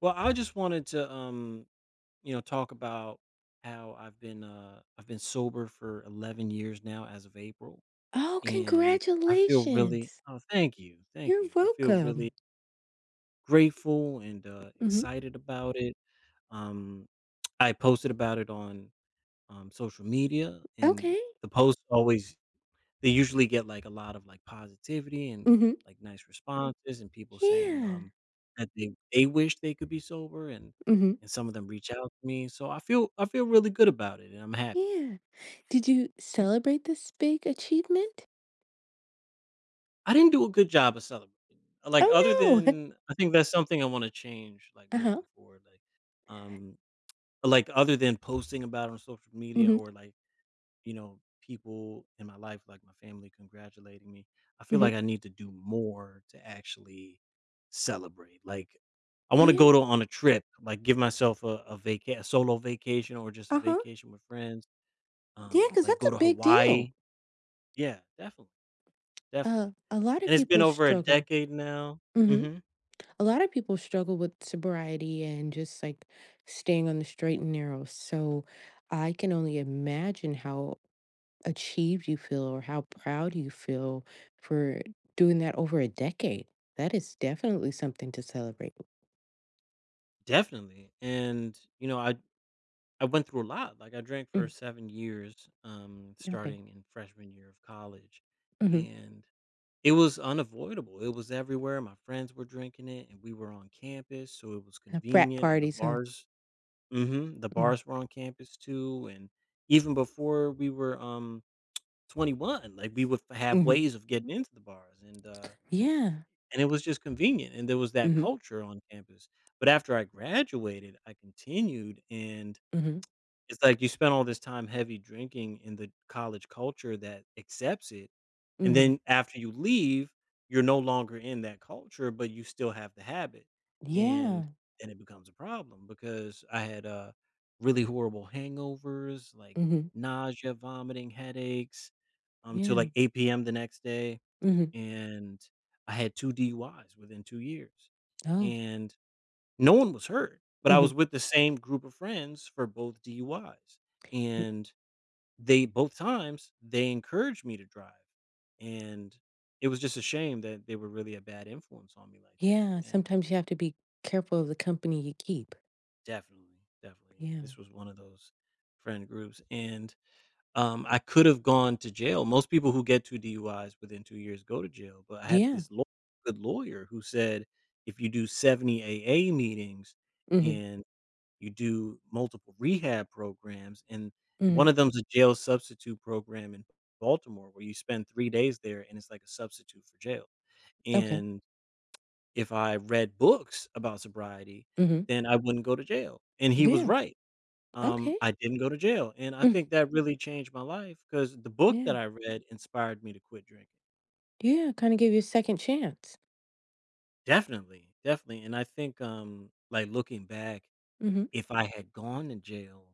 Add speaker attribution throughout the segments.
Speaker 1: Well, I just wanted to, talk about how I've been sober for 11 years now as of April,
Speaker 2: Oh,
Speaker 1: and I feel really
Speaker 2: congratulations.
Speaker 1: oh, thank you, thank
Speaker 2: You're
Speaker 1: you. I feel
Speaker 2: welcome.
Speaker 1: really grateful and
Speaker 2: Mhm.
Speaker 1: excited about it. Um, I posted about it on social media, and
Speaker 2: Okay.
Speaker 1: the posts always they usually get, like, a lot of, like, positivity and,
Speaker 2: Mhm.
Speaker 1: like, nice responses and people saying,
Speaker 2: Yeah.
Speaker 1: that they wish they could be sober
Speaker 2: Mhm.
Speaker 1: and some of them reach out to me, so I feel really good about it, and I'm happy.
Speaker 2: Yeah. Did you celebrate this big achievement?
Speaker 1: I didn't do a good job of celebrating. Like,
Speaker 2: Oh,
Speaker 1: other
Speaker 2: no.
Speaker 1: than I think that's something I wanna change, like,
Speaker 2: Uh-huh.
Speaker 1: moving forward, um like, other than posting about it on social media
Speaker 2: Mhm.
Speaker 1: or, like, you know, people in my life, like my family, congratulating me. I feel like
Speaker 2: Mhm.
Speaker 1: I need to do more to actually celebrate. Like, I want to
Speaker 2: Yeah.
Speaker 1: go to on a trip, like give myself a vaca a solo vacation or just a
Speaker 2: Uh-huh.
Speaker 1: vacation with friends.
Speaker 2: Yeah, yeah, because
Speaker 1: Like
Speaker 2: that's
Speaker 1: go
Speaker 2: a
Speaker 1: to
Speaker 2: big deal.
Speaker 1: Hawaii. Yeah, definitely, definitely.
Speaker 2: A lot of
Speaker 1: And it's been
Speaker 2: people
Speaker 1: over a
Speaker 2: struggle.
Speaker 1: decade now.
Speaker 2: Mhm.
Speaker 1: hmm
Speaker 2: A lot of people struggle with sobriety and just, like, staying on the straight and narrow, so I can only imagine how achieved you feel or how proud you feel for doing that over a decade. That is definitely something to celebrate.
Speaker 1: Definitely. And you know, I went through a lot. Like I drank for
Speaker 2: Mm,
Speaker 1: 7 years,
Speaker 2: okay.
Speaker 1: starting in freshman year of college,
Speaker 2: Hmm.
Speaker 1: and it was unavoidable, it was everywhere, my friends were drinking it, and we were on campus, so it was
Speaker 2: A frat
Speaker 1: convenient, and the
Speaker 2: party, so.
Speaker 1: bars mhm, the
Speaker 2: Hmm.
Speaker 1: bars were on campus too, and even before we were, 21, like, we would f have
Speaker 2: Hmm.
Speaker 1: ways of getting into the bars,
Speaker 2: Yeah.
Speaker 1: and it was just convenient, and there was that
Speaker 2: Hmm.
Speaker 1: culture on campus, but after I graduated, I continued, and
Speaker 2: Hmm.
Speaker 1: it's like you spent all this time heavy drinking in the college culture that accepts it, and
Speaker 2: Hmm.
Speaker 1: then after you leave, you're no longer in that culture, but you still have the habit, and
Speaker 2: Yeah.
Speaker 1: then it becomes a problem because I had, really horrible hangovers, like
Speaker 2: Hmm.
Speaker 1: nausea, vomiting, headaches, till
Speaker 2: Yeah.
Speaker 1: like 8 p.m. the next day,
Speaker 2: Hmm.
Speaker 1: and I had 2 DUIs within 2 years,
Speaker 2: Oh.
Speaker 1: and no one was hurt, but I was
Speaker 2: Hmm.
Speaker 1: with the same group of friends for both DUIs, and they both times, they encouraged me to drive, and it was just a shame that they were really a bad influence on me like that,
Speaker 2: Yeah.
Speaker 1: and
Speaker 2: Sometimes you have to be careful of the company you keep.
Speaker 1: definitely, definitely, yeah,
Speaker 2: Yeah.
Speaker 1: this was one of those friend groups, and, I could have gone to jail. Most people who get 2 DUIs within 2 years go to jail, but I had
Speaker 2: Yeah.
Speaker 1: this law good lawyer who said, "If you do 70 AA meetings
Speaker 2: Hmm.
Speaker 1: and" you do multiple rehab programs, and
Speaker 2: Hmm.
Speaker 1: one of them's a jail substitute program in Baltimore where you spend 3 days there, and it's like a substitute for jail,
Speaker 2: Okay.
Speaker 1: and if I read books about sobriety,
Speaker 2: Hmm.
Speaker 1: then I wouldn't go to jail, and he was
Speaker 2: Yeah.
Speaker 1: right.
Speaker 2: Okay.
Speaker 1: I didn't go to jail, and I
Speaker 2: Mm,
Speaker 1: think that really changed my life because the book that
Speaker 2: yeah.
Speaker 1: I read inspired me to quit drinking.
Speaker 2: Yeah. Kind of give you a second chance.
Speaker 1: Definitely, definitely, and I think, like, looking back,
Speaker 2: Hmm.
Speaker 1: if I had gone to jail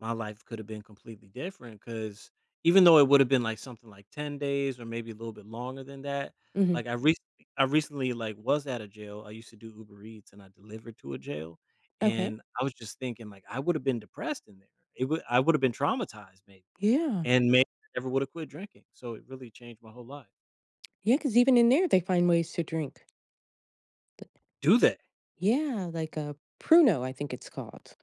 Speaker 1: my life could have been completely different because even though it would have been like something like 10 days or maybe a little bit longer than that,
Speaker 2: Hmm.
Speaker 1: like I recently I recently like was at a jail. I used to do Uber Eats and I delivered to a jail.
Speaker 2: Okay.
Speaker 1: And I was just thinking like I would have been depressed in there. It would I would have been traumatized maybe.
Speaker 2: Yeah.
Speaker 1: And maybe I never would have quit drinking. So it really changed my whole life.
Speaker 2: Yeah. Because even in there, they find ways to drink. Th
Speaker 1: Do they?
Speaker 2: Yeah, like a Pruno, I think it's called.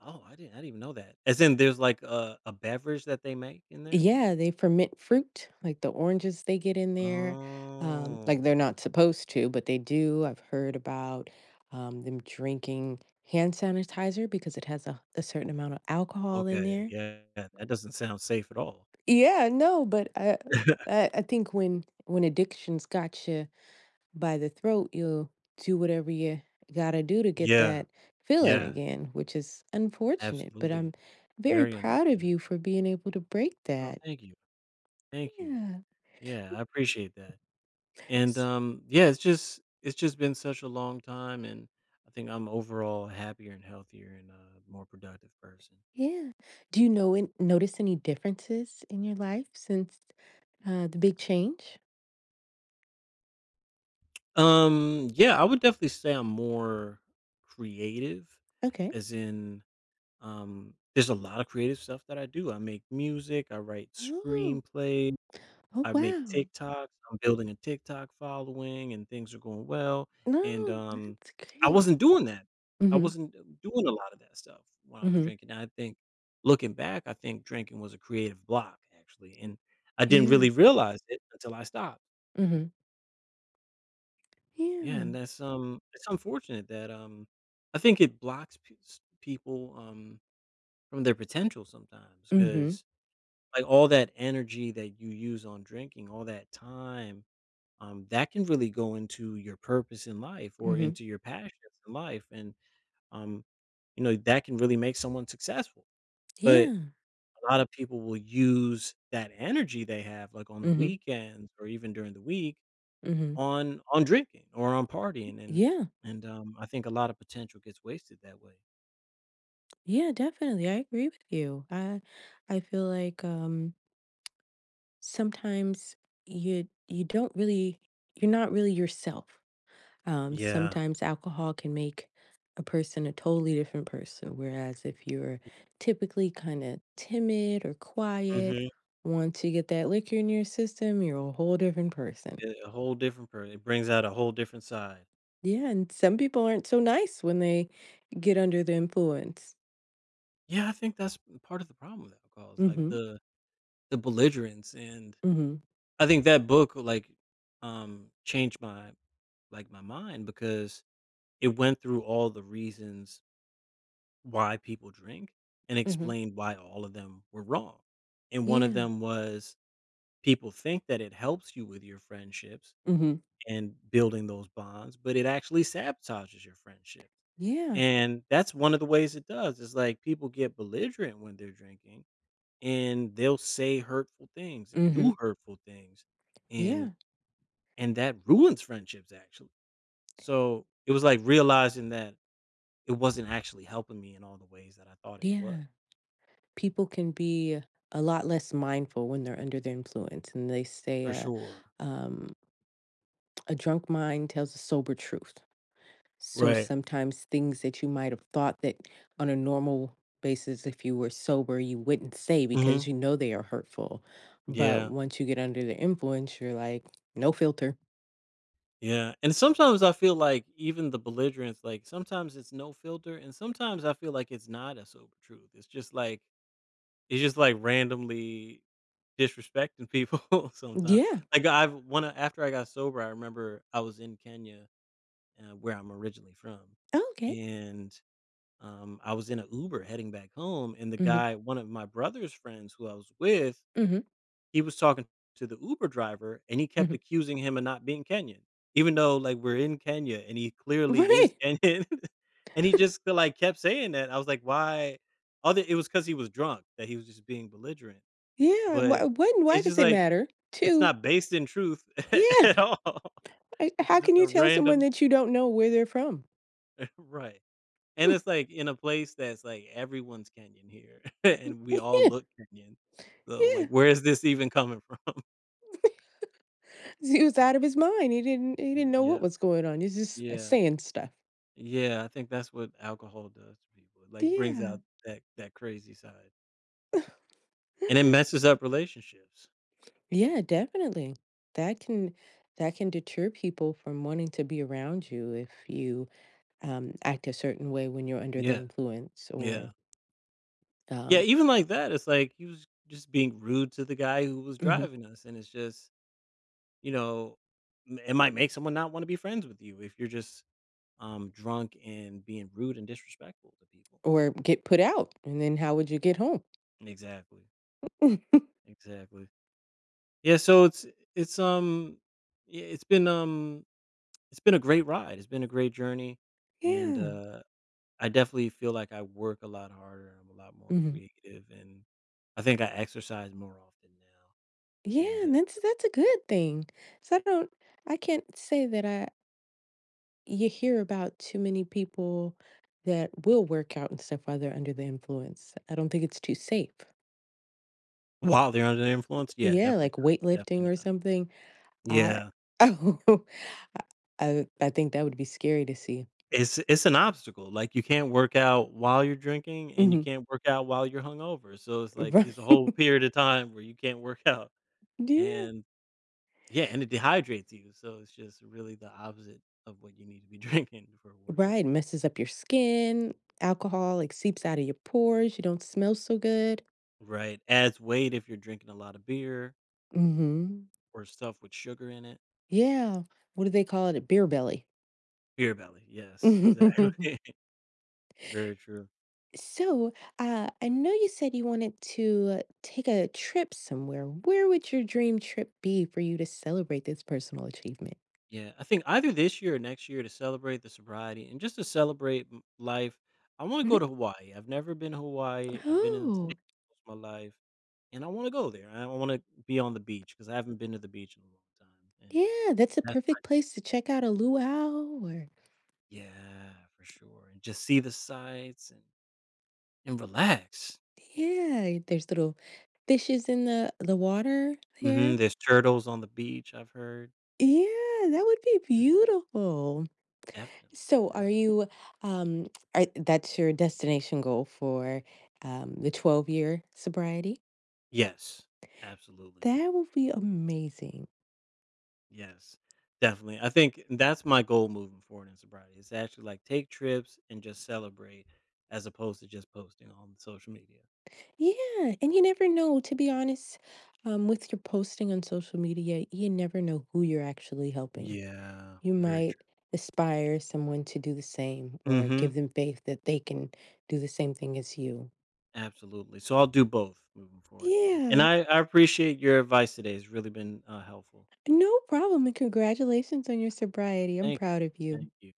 Speaker 1: Oh, I didn't even know that. As in there's like a beverage that they make in there?
Speaker 2: Yeah, they ferment fruit, like the oranges they get in there, like, they're
Speaker 1: Oh,
Speaker 2: not supposed to, but they do. I've heard about, them drinking hand sanitizer because it has a certain amount of alcohol in
Speaker 1: okay.
Speaker 2: there.
Speaker 1: Yeah. That doesn't sound safe at all.
Speaker 2: Yeah, no, but I I I think when addictions got you by the throat, you'll do whatever you gotta do to get
Speaker 1: Yeah,
Speaker 2: that feeling
Speaker 1: yeah,
Speaker 2: again, which is unfortunate. But I'm
Speaker 1: absolutely.
Speaker 2: very
Speaker 1: Very
Speaker 2: proud of
Speaker 1: unfortunate.
Speaker 2: you for being able to break
Speaker 1: Oh,
Speaker 2: that.
Speaker 1: thank you, thank you.
Speaker 2: Yeah.
Speaker 1: Yeah, I appreciate that, and,
Speaker 2: S-
Speaker 1: yeah, it's just been such a long time, and I think I'm overall happier and healthier and a more productive person.
Speaker 2: Yeah. Do you know and notice any differences in your life since the big change?
Speaker 1: Yeah, I would definitely say I'm more creative,
Speaker 2: Okay.
Speaker 1: as in, there's a lot of creative stuff that I do. I make music, I write
Speaker 2: Oh,
Speaker 1: screenplays,
Speaker 2: oh,
Speaker 1: I make
Speaker 2: wow.
Speaker 1: TikToks, I'm building a TikTok following, and things are going well, and,
Speaker 2: No, that's
Speaker 1: I
Speaker 2: great.
Speaker 1: wasn't doing that. I
Speaker 2: Mm-hmm.
Speaker 1: wasn't doing a lot of that stuff when I was
Speaker 2: Mm-hmm.
Speaker 1: drinking, and I think looking back, I think drinking was a creative block, actually, and I didn't
Speaker 2: Yeah.
Speaker 1: really realize it until I stopped.
Speaker 2: Mm-hmm.
Speaker 1: Yeah,
Speaker 2: Yeah.
Speaker 1: and that's, it's unfortunate that, I think it blocks p s people, from their potential sometimes
Speaker 2: Mm-hmm.
Speaker 1: because like, all that energy that you use on drinking, all that time that can really go into your purpose in life or
Speaker 2: Mm-hmm.
Speaker 1: into your passions in life. And, um, you know, that can really make someone successful. But
Speaker 2: Yeah.
Speaker 1: a lot of people will use that energy they have, like on the
Speaker 2: Mm-hmm.
Speaker 1: weekends or even during the week,
Speaker 2: Mm-hmm.
Speaker 1: on drinking or on partying, and
Speaker 2: Yeah.
Speaker 1: I think a lot of potential gets wasted that way.
Speaker 2: Yeah, definitely. I agree with you. I feel like sometimes you you don't really you're not really yourself.
Speaker 1: Yeah,
Speaker 2: Sometimes alcohol can make a person a totally different person whereas if you're typically kind of timid or quiet,
Speaker 1: hmm,
Speaker 2: once you get that liquor in your system, you're a whole different person.
Speaker 1: a whole different person. It brings out a whole different side.
Speaker 2: Yeah, and some people aren't so nice when they get under the influence.
Speaker 1: Yeah, I think that's part of the problem with alcohol is like
Speaker 2: Mhm.
Speaker 1: the belligerence and
Speaker 2: Mhm.
Speaker 1: I think that book, like, changed my like, my mind because it went through all the reasons why people drink and
Speaker 2: Mhm.
Speaker 1: explained why all of them were wrong, and one of
Speaker 2: Yeah.
Speaker 1: them was people think that it helps you with your friendships
Speaker 2: Mhm.
Speaker 1: and building those bonds, but it actually sabotages your friendship,
Speaker 2: Yeah.
Speaker 1: and that's one of the ways it does. It's like, people get belligerent when they're drinking, and they'll say hurtful things and
Speaker 2: Mhm.
Speaker 1: do hurtful things, and
Speaker 2: Yeah,
Speaker 1: that ruins friendships actually. So, it was like realizing that it wasn't actually helping me in all the ways that I thought it was.
Speaker 2: yeah. People can be a lot less mindful when they're under the influence, and they say,
Speaker 1: For sure.
Speaker 2: um, "A drunk mind tells a sober truth." So
Speaker 1: Right.
Speaker 2: sometimes things that you might have thought that on a normal basis, if you were sober, you wouldn't say
Speaker 1: Mhm.
Speaker 2: because you know they are hurtful. But
Speaker 1: Yeah.
Speaker 2: once you get under the influence, you're like, no filter.
Speaker 1: Yeah. And sometimes I feel like even the belligerence, like sometimes it's no filter and sometimes I feel like it's not a sober truth. It's just like randomly disrespecting people sometimes.
Speaker 2: Yeah.
Speaker 1: Like after I got sober, I remember I was in Kenya, where I'm originally from.
Speaker 2: Oh, okay.
Speaker 1: And I was in an Uber heading back home, and the
Speaker 2: Mhm.
Speaker 1: guy, one of my brother's friends who I was with,
Speaker 2: Mhm.
Speaker 1: he was talking to the Uber driver, and he kept
Speaker 2: Mhm.
Speaker 1: accusing him of not being Kenyan, even though like we're in Kenya, and he clearly is
Speaker 2: Right.
Speaker 1: Kenyan, and he just like kept saying that. I was like, why? Other, it was because he was drunk that he was just being belligerent,
Speaker 2: Yeah. And why,
Speaker 1: but
Speaker 2: when, why
Speaker 1: it's
Speaker 2: does
Speaker 1: just
Speaker 2: it
Speaker 1: like
Speaker 2: matter?
Speaker 1: it's
Speaker 2: Two.
Speaker 1: not based in truth
Speaker 2: Yeah.
Speaker 1: at all.
Speaker 2: I
Speaker 1: It's
Speaker 2: How can
Speaker 1: just
Speaker 2: you
Speaker 1: a
Speaker 2: tell someone
Speaker 1: random
Speaker 2: that you don't know where they're from?
Speaker 1: right. And it's, like, in a place that's, like, everyone's Kenyan here, and we all
Speaker 2: Yeah,
Speaker 1: look Kenyan. So,
Speaker 2: yeah.
Speaker 1: like, where is this even coming from?
Speaker 2: He was out of his mind. He didn't
Speaker 1: R
Speaker 2: know
Speaker 1: yeah,
Speaker 2: what was going on. He's just
Speaker 1: yeah,
Speaker 2: saying stuff.
Speaker 1: yeah, I think that's what alcohol does to people, it, like, brings
Speaker 2: Yeah.
Speaker 1: out that crazy side. And it messes up relationships.
Speaker 2: Yeah, definitely. That can that can deter people from wanting to be around you if you act a certain way when you're under the
Speaker 1: Yeah,
Speaker 2: influence
Speaker 1: yeah. Yeah,
Speaker 2: um,
Speaker 1: even like that, it's, like, he was just being rude to the guy who was
Speaker 2: mhm,
Speaker 1: driving us, and it's just, you know, m it might make someone not wanna be friends with you if you're just, drunk and being rude and disrespectful to people.
Speaker 2: or get put out. And then how would you get home?
Speaker 1: Exactly, exactly. Yeah, so it's, yeah, it's been a great ride, it's been a great journey, and,
Speaker 2: Yeah.
Speaker 1: I definitely feel like I work a lot harder, I'm a lot more
Speaker 2: Hmm.
Speaker 1: creative, and I think I exercise more often now,
Speaker 2: Yeah,
Speaker 1: and,
Speaker 2: and that's a good thing. So I can't say that I you hear about too many people that will work out and stuff while they're under the influence. I don't think it's too safe.
Speaker 1: while they're under the influence? Yeah,
Speaker 2: Yeah, like
Speaker 1: definitely not,
Speaker 2: weightlifting
Speaker 1: definitely
Speaker 2: or
Speaker 1: not.
Speaker 2: something. I
Speaker 1: Yeah,
Speaker 2: oh, I think that would be scary to see.
Speaker 1: it's an obstacle, like, you can't work out while you're drinking, and you
Speaker 2: Hmm.
Speaker 1: can't work out while you're hungover, so it's like,
Speaker 2: Right.
Speaker 1: there's a whole period of time where you can't work out,
Speaker 2: Yeah.
Speaker 1: and yeah, and it dehydrates you, so it's just really the opposite of what you need to be drinking for a workout.
Speaker 2: Right. Messes up your skin. Alcohol like seeps out of your pores. You don't smell so good.
Speaker 1: Right, adds weight if you're drinking a lot of beer
Speaker 2: Hmm.
Speaker 1: or stuff with sugar in it.
Speaker 2: Yeah. What do they call it? A beer belly.
Speaker 1: Beer belly, yes,
Speaker 2: Mhm.
Speaker 1: exactly. Very true.
Speaker 2: So, I know you said you wanted to take a trip somewhere. Where would your dream trip be for you to celebrate this personal achievement?
Speaker 1: Yeah, I think either this year or next year to celebrate the sobriety and just to celebrate life, I want to go
Speaker 2: Mhm.
Speaker 1: to Hawaii. I've never been to Hawaii. I've been in the
Speaker 2: Oh,
Speaker 1: States most of my life, and I want to go there. I want to be on the beach because I haven't been to the beach in a long time, and
Speaker 2: yeah, that's a
Speaker 1: that's
Speaker 2: perfect place to check out a luau or
Speaker 1: yeah, for sure, and just see the sights and relax.
Speaker 2: yeah, there's little fishes in the water there.
Speaker 1: Mhm, there's turtles on the beach, I've heard.
Speaker 2: Yeah, that would be beautiful.
Speaker 1: Definitely,
Speaker 2: So,
Speaker 1: def
Speaker 2: are you um are that's your destination goal for the 12-year sobriety?
Speaker 1: yes, absolutely.
Speaker 2: That would be amazing.
Speaker 1: Yes, definitely. I think that's my goal moving forward in sobriety is to actually, like, take trips and just celebrate as opposed to just posting on social media.
Speaker 2: Yeah, and you never know, to be honest, with your posting on social media, you never know who you're actually helping.
Speaker 1: Yeah,
Speaker 2: You
Speaker 1: very
Speaker 2: might
Speaker 1: true.
Speaker 2: inspire someone to do the same or
Speaker 1: Mhm,
Speaker 2: give them faith that they can do the same thing as you.
Speaker 1: absolutely. So I'll do both moving forward, and
Speaker 2: Yeah,
Speaker 1: I appreciate your advice today, it's really been, helpful.
Speaker 2: no problem. And congratulations on your sobriety. I'm
Speaker 1: Thank
Speaker 2: proud of you.
Speaker 1: thank you.